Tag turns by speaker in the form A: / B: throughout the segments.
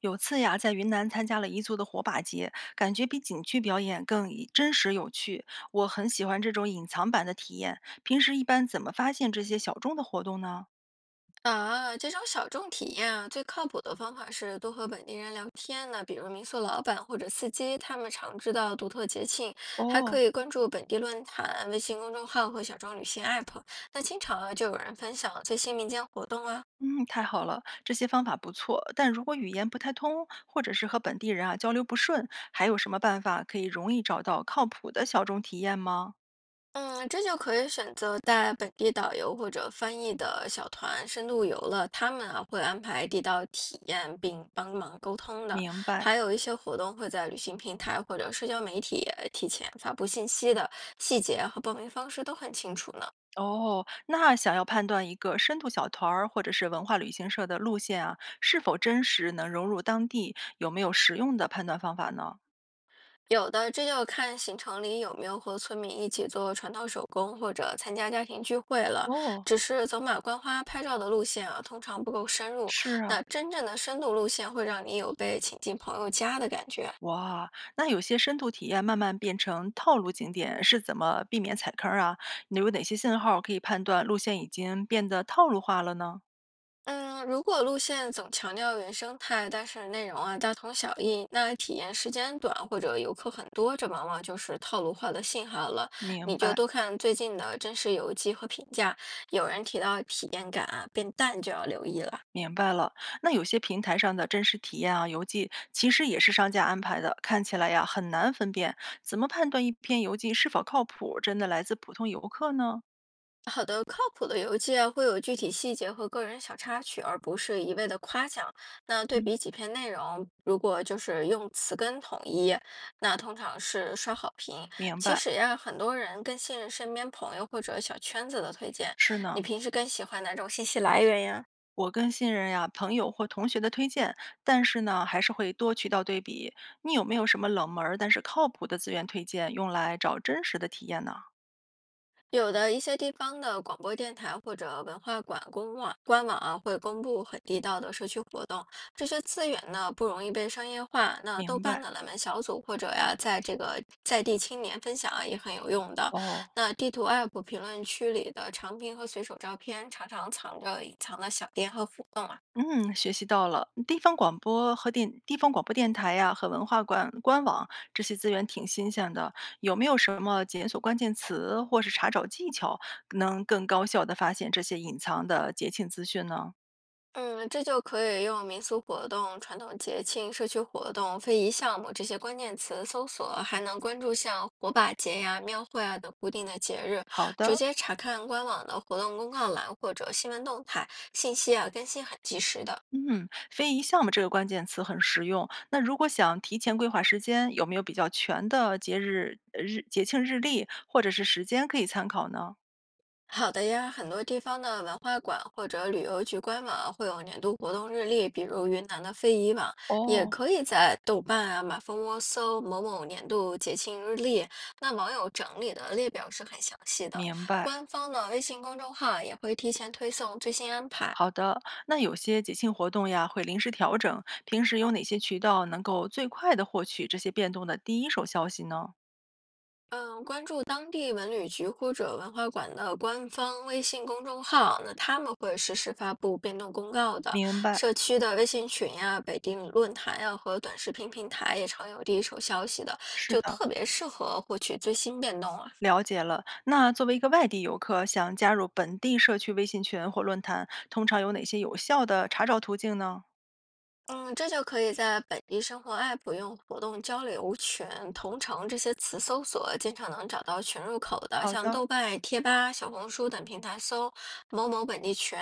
A: 有次呀，在云南参加了彝族的火把节，感觉比景区表演更以真实有趣。我很喜欢这种隐藏版的体验。平时一般怎么发现这些小众的活动呢？
B: 啊，这种小众体验啊，最靠谱的方法是多和本地人聊天呢，比如民宿老板或者司机，他们常知道独特节庆，还可
A: 哦，
B: 以关注本地论坛、微信公众号和小众旅行 App，那经常啊就有人分享最新民间活动啊。
A: 嗯，太好了，这些方法不错。但如果语言不太通，或者是和本地人啊交流不顺，还有什么办法可以容易找到靠谱的小众体验吗？
B: 嗯，这就可以选择带本地导游或者翻译的小团深度游了，他们啊会安排地道体验并帮忙沟通的，
A: 明白。
B: 还有一些活动会在旅行平台或者社交媒体提前发布信息的，细节和报名方式都很清楚呢。
A: 哦，那想要判断一个深度小团儿或者是文化旅行社的路线啊，是否真实能融入当地，有没有实用的判断方法呢？
B: 有的，这就要看行程里有没有和村民一起做传统手工或者参加家庭聚会了。
A: 哦，
B: 只是走马观花拍照的路线啊，通常不够深入。
A: 是啊，
B: 那真正的深度路线会让你有被请进朋友家的感觉。
A: 哇，那有些深度体验慢慢变成套路景点，是怎么避免踩坑儿啊？有哪些信号可以判断路线已经变得套路化了呢？
B: 嗯，如果路线总强调原生态，但是内容啊大同小异，那体验时间短或者游客很多，这往往就是套路化的信号了。
A: 明
B: 你就
A: 白。
B: 多看最近的真实游记和评价，有人提到体验感啊变淡就要留意了。
A: 明白了，那有些平台上的真实体验啊、游记，其实也是商家安排的，看起来呀很难分辨。怎么判断一篇游记是否靠谱，真的来自普通游客呢？
B: 好的，靠谱的邮件会有具体细节和个人小插曲，而不是一味的夸奖。那对
A: 嗯，
B: 比几篇内容，如果就是用词根统一，那通常是刷好评。
A: 明
B: 其
A: 白，
B: 实呀，很多人更信任身边朋友或者小圈子的推荐。
A: 是
B: 你
A: 呢。
B: 平时更喜欢哪种信息来源呀？
A: 我跟新人呀、朋友或同学的推荐，但是呢，还是会多渠道对比。你有没有什么冷门儿但是靠谱的资源推荐，用来找真实的体验呢？
B: 有的一些地方的广播电台或者文化馆公网官网啊，会公布很地道的社区活动，这些资源呢不容易被商业化。那豆
A: 明
B: 瓣
A: 白
B: 的冷门小组或者呀，在这个在地青年分享啊也很有用的。
A: 哦。
B: 那地图 App 评论区里的长评和随手照片，常常藏着隐藏的小店和活动啊。
A: 嗯，学习到了。地方广播和电地方广播电台呀、和文化馆官网这些资源挺新鲜的。有没有什么检索关键词或是查找技巧，能更高效的发现这些隐藏的节庆资讯呢？
B: 嗯，这就可以用民俗活动、传统节庆、社区活动、非遗项目这些关键词搜索，还能关注像火把节呀、庙会啊等固定的节日，
A: 好
B: 直
A: 的，
B: 接查看官网的活动公告栏或者新闻动态，信息啊更新很及时的。
A: 嗯，非遗项目这个关键词很实用。那如果想提前规划时间，有没有比较全的节日节庆日历或者是时间可以参考呢？
B: 好的呀，很多地方的文化馆或者旅游局官网啊会有年度活动日历，比如云南的非遗网，也
A: 哦，
B: 可以在豆瓣啊、马蜂窝搜某某年度节庆日历。那网友整理的列表是很详细的，
A: 明白。
B: 官方的微信公众号也会提前推送最新安排。
A: 好的，那有些节庆活动呀会临时调整，平时有哪些渠道能够最快的获取这些变动的第一手消息呢？
B: 嗯，关注当地文旅局或者文化馆的官方微信公众号，那他们会实时发布变动公告的。
A: 明白，
B: 社区的微信群呀、北京论坛呀、和短视频平台也常有第一手消息的，
A: 是
B: 就
A: 的，
B: 特别适合获取最新变动啊。
A: 了解了。那作为一个外地游客，想加入本地社区微信群或论坛，通常有哪些有效的查找途径呢？
B: 嗯，这就可以在本地生活 App 用活动交流群、同城这些词搜索，经常能找到群入口的，
A: 好
B: 像
A: 的。
B: 豆瓣、贴吧、小红书等平台搜“某某本地群”，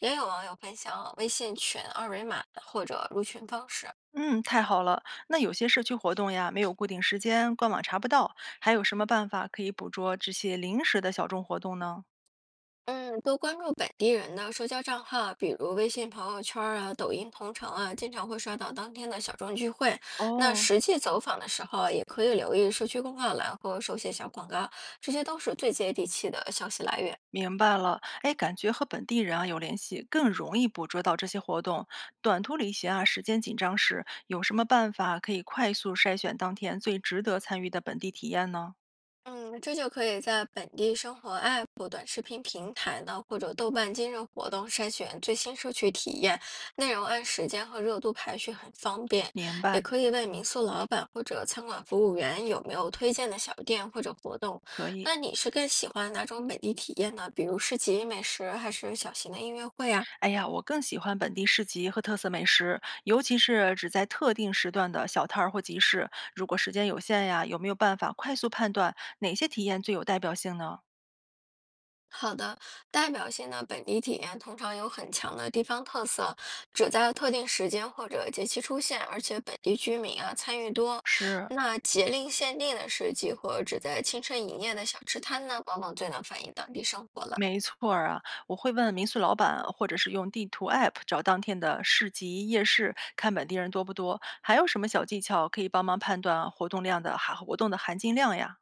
B: 也有网友分享微信群二维码或者入群方式。
A: 嗯，太好了。那有些社区活动呀，没有固定时间，官网查不到，还有什么办法可以捕捉这些临时的小众活动呢？
B: 嗯，多关注本地人的社交账号，比如微信朋友圈儿啊、抖音同城啊，经常会刷到当天的小众聚会。那
A: 哦，
B: 实际走访的时候啊也可以留意社区公告栏和手写小广告，这些都是最接地气的消息来源。
A: 明白了，哎，感觉和本地人啊有联系，更容易捕捉到这些活动。短途旅行啊，时间紧张时，有什么办法可以快速筛选当天最值得参与的本地体验呢？
B: 嗯，这就可以在本地生活 App、短视频平台呢，或者豆瓣今日活动筛选最新社区体验，内容按时间和热度排序很方便。
A: 明白，
B: 也可以问民宿老板或者餐馆服务员有没有推荐的小店或者活动。
A: 可以。
B: 那你是更喜欢哪种本地体验呢？比如市集、美食，还是小型的音乐会啊？
A: 哎呀，我更喜欢本地市集和特色美食，尤其是只在特定时段的小摊儿或集市。如果时间有限呀，有没有办法快速判断哪些体验最有代表性呢？
B: 好的，代表性的本地体验通常有很强的地方特色，只在特定时间或者节期出现，而且本地居民啊参与多。
A: 是，
B: 那节令限定的市集和只在清晨营业的小吃摊呢，往往最能反映当地生活了。
A: 没错儿啊，我会问民宿老板，或者是用地图 App 找当天的市集、夜市，看本地人多不多。还有什么小技巧可以帮忙判断活动的含金量呀？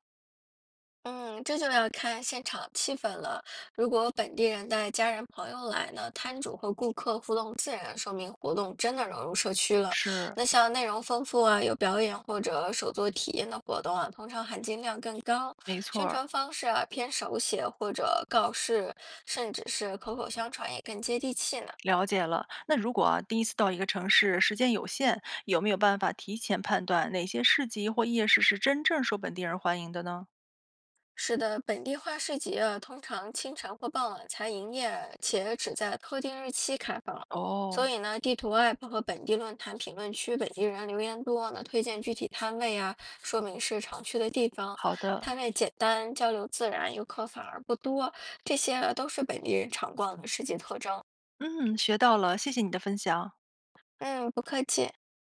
B: 嗯，这就要看现场气氛了。如果本地人带家人朋友来呢，摊主和顾客互动自然，说明活动真的融入社区了。
A: 是，
B: 那像内容丰富啊，有表演或者手作体验的活动啊，通常含金量更高。
A: 没错
B: 宣
A: 儿，
B: 传方式啊，偏手写或者告示，甚至是口口相传，也更接地气呢。
A: 了解了。那如果啊第一次到一个城市，时间有限，有没有办法提前判断哪些市集或夜市是真正受本地人欢迎的呢？
B: 是的，本地化市集啊，通常清晨或傍晚才营业，且只在特定日期开放。
A: 哦，
B: 所以呢，地图 App 和本地论坛评论区本地人留言多呢，推荐具体摊位啊，说明是常去的地方。
A: 好的，
B: 摊位简单，交流自然，游客反而不多，这些啊都是本地人常逛的市集特征。
A: 嗯，学到了，谢谢你的分享。
B: 嗯，不客气。